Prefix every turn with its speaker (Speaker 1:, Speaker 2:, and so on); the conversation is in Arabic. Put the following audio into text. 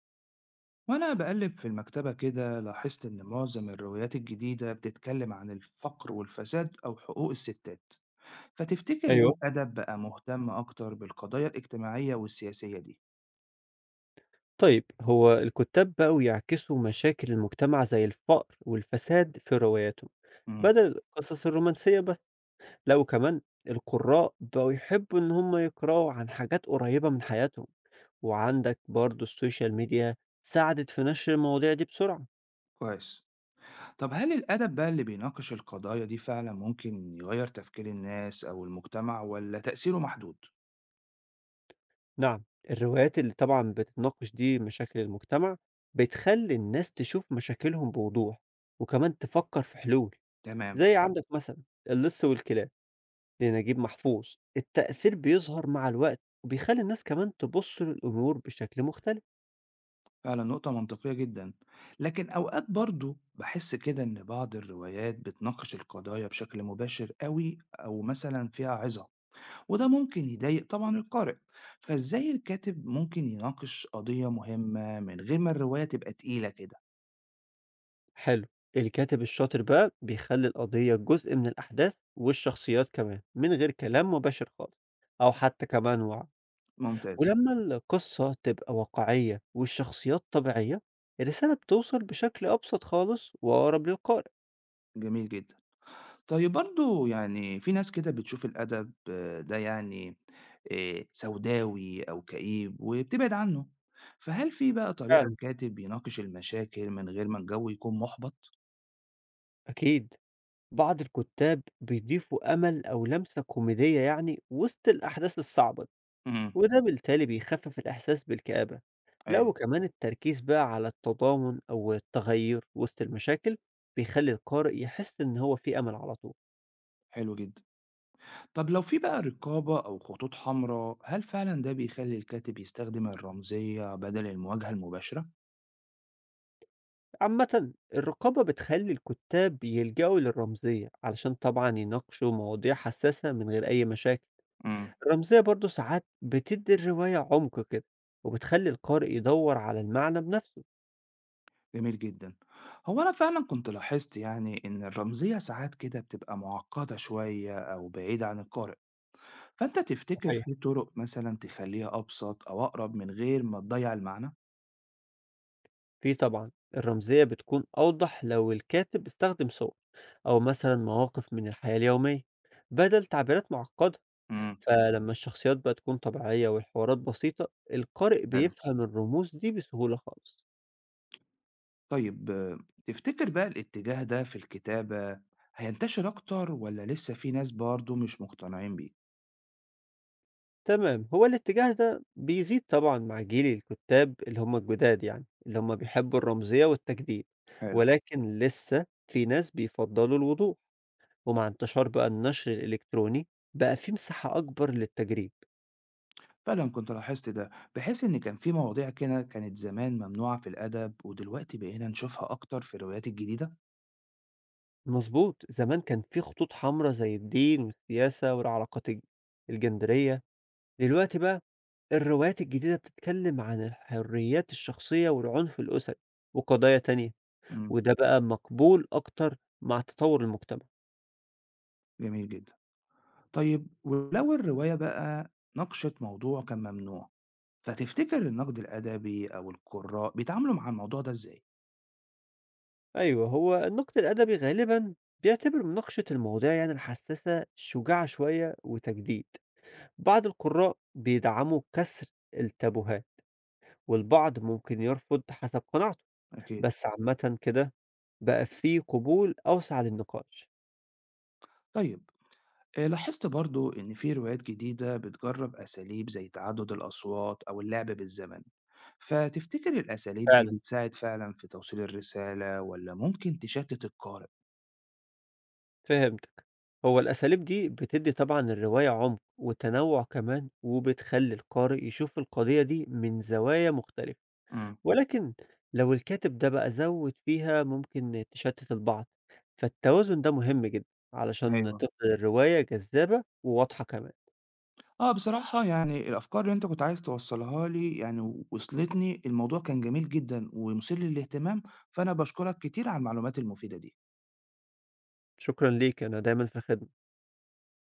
Speaker 1: وأنا بقلب في المكتبة كده لاحظت إن معظم الروايات الجديدة بتتكلم عن الفقر والفساد أو حقوق الستات، فتفتكر ليه
Speaker 2: أيوه.
Speaker 1: الأدب بقى مهتم أكتر بالقضايا الاجتماعية والسياسية دي؟
Speaker 2: طيب، هو الكُتّاب بقوا يعكسوا مشاكل المجتمع زي الفقر والفساد في رواياتهم،
Speaker 1: امم
Speaker 2: بدل القصص الرومانسية بس، لأ وكمان القُرّاء بقوا يحبّوا إن هم يقرأوا عن حاجات قريّبة من حياتهم، وعندك برضه السوشيال ميديا ساعدت في نشر المواضيع دي بسرعة.
Speaker 1: كويس. طب هل الأدب بقى اللي بيناقش القضايا دي فعلا ممكن يغير تفكير الناس أو المجتمع ولا تأثيره محدود؟
Speaker 2: نعم، الروايات اللي طبعًا بتناقش دي مشاكل المجتمع، بتخلّي الناس تشوف مشاكلهم بوضوح، وكمان تفكّر في حلول،
Speaker 1: تمام.
Speaker 2: زي عندك مثلًا اللِص والكلاب. لنجيب محفوظ، التأثير بيظهر مع الوقت وبيخلّي الناس كمان تبُص للأمور بشكل مختلف.
Speaker 1: فعلا نقطة منطقية جدا، لكن أوقات برضو بحس كده إن بعض الروايات بتناقش القضايا بشكل مباشر قوي أو مثلا فيها عظة، وده ممكن يضايق طبعا القارئ. فازاي الكاتب ممكن يناقش قضية مهمة من غير ما الرواية تبقى تقيلة كده؟
Speaker 2: حلو، الكاتب الشاطر بقى بيخلّي القضية جزء من الأحداث والشخصيات كمان من غير كلام مباشر خالص أو حتى كمان وعي،
Speaker 1: ممتاز.
Speaker 2: ولمّا القصة تبقى واقعية والشخصيات طبيعية، الرسالة بتوصل بشكل أبسط خالص وأقرب للقارئ.
Speaker 1: جميل جدا. طيب برضو يعني في ناس كده بتشوف الأدب ده يعني سوداوي أو كئيب وبتبعد عنه. فهل في بقى طريقة
Speaker 2: فعلًا،
Speaker 1: الكاتب يناقش المشاكل من غير ما الجو يكون محبط؟
Speaker 2: أكيد بعض الكُتّاب بيضيفوا أمل أو لمسة كوميدية يعني وسط الأحداث الصعبة
Speaker 1: امم
Speaker 2: وده بالتالي بيخفف الإحساس بالكآبة، لا
Speaker 1: ايوه.
Speaker 2: وكمان التركيز بقى على التضامن أو التغير وسط المشاكل بيخلي القارئ يحس إن هو في أمل على طول،
Speaker 1: حلو جدا. طب لو في بقى رقابة أو خطوط حمراء هل فعلا ده بيخلي الكاتب يستخدم الرمزية بدل المواجهة المباشرة؟
Speaker 2: عامة الرقابة بتخلي الكتاب يلجأوا للرمزية علشان طبعا يناقشوا مواضيع حساسة من غير أي مشاكل،
Speaker 1: امم
Speaker 2: الرمزية برضو ساعات بتدي الرواية عمق كده وبتخلي القارئ يدور على المعنى بنفسه.
Speaker 1: جميل جدا. هو أنا فعلا كنت لاحظت يعني إن الرمزية ساعات كده بتبقى معقدة شوية أو بعيدة عن القارئ، فأنت تفتكر
Speaker 2: صحيح
Speaker 1: في طرق مثلا تخليها أبسط أو أقرب من غير ما تضيع المعنى؟
Speaker 2: في طبعا الرمزية بتكون أوضح لو الكاتب استخدم صور أو مثلا مواقف من الحياة اليومية بدل تعبيرات معقدة
Speaker 1: امم
Speaker 2: فلما الشخصيات بقى تكون طبيعية والحوارات بسيطة القارئ
Speaker 1: حلو.
Speaker 2: بيفهم الرموز دي بسهولة خالص.
Speaker 1: طيب تفتكر بقى الاتجاه ده في الكتابة هينتشر أكتر ولا لسه في ناس برضه مش مقتنعين بيه؟
Speaker 2: تمام هو الاتجاه ده بيزيد طبعا مع جيل الكتاب اللي هم الجداد يعني اللي هم بيحبوا الرمزية والتجديد
Speaker 1: حلو.
Speaker 2: ولكن لسه في ناس بيفضلوا الوضوح ومع انتشار بقى النشر الإلكتروني بقى في مساحة أكبر للتجريب.
Speaker 1: فعلا كنت لاحظت ده، بحيث ان كان في مواضيع كده كانت زمان ممنوعة في الادب ودلوقتي بقينا نشوفها اكتر في الروايات الجديدة.
Speaker 2: مضبوط، زمان كان في خطوط حمرا زي الدين والسياسة والعلاقات الجندرية، دلوقتي بقى الروايات الجديدة بتتكلم عن الحريات الشخصية والعنف الأسري وقضايا تانية،
Speaker 1: امم
Speaker 2: وده بقى مقبول أكتر مع تطور المجتمع.
Speaker 1: جميل جدا. طيب ولو الرواية بقى ناقشت موضوع كان ممنوع، فتفتكر النقد الادبي او القراء بيتعاملوا مع الموضوع ده ازاي؟
Speaker 2: أيوه، هو النقد الأدبي غالبًا بيعتبر مناقشة المواضيع يعني الحساسة شجاعة شوية وتجديد. بعض القراء بيدعموا كسر التابوهات، والبعض ممكن يرفض حسب قناعته،
Speaker 1: اكيد.
Speaker 2: بس عامةً كده بقى في قبول أوسع للنقاش.
Speaker 1: طيب لاحظت برضو ان في روايات جديدة بتجرب اساليب زي تعدد الاصوات او اللعب بالزمن، فتفتكر الاساليب دي
Speaker 2: فعلًا.
Speaker 1: بتساعد فعلا في توصيل الرسالة ولا ممكن تشتت القارئ؟
Speaker 2: فهمتك. هو الأساليب دي بتدّي طبعًا للرواية عُمق وتنوُّع كمان، وبتخلّي القارئ يشوف القضية دي من زوايا مختلفة.
Speaker 1: إمم،
Speaker 2: ولكن لو الكاتب ده بقى زوّد فيها ممكن تشتِّت البعض، فالتوازن ده مهم جدًا علشان
Speaker 1: أيوه.
Speaker 2: تفضل الرواية جذابة وواضحة كمان.
Speaker 1: بصراحة يعني الأفكار اللي أنت كنت عايز توصّلها لي يعني وصلتني، الموضوع كان جميل جدًا ومثير للاهتمام، فأنا باشكرك كتير على المعلومات المفيدة دي.
Speaker 2: شكرًا ليك، أنا دايمًا في الخدمة.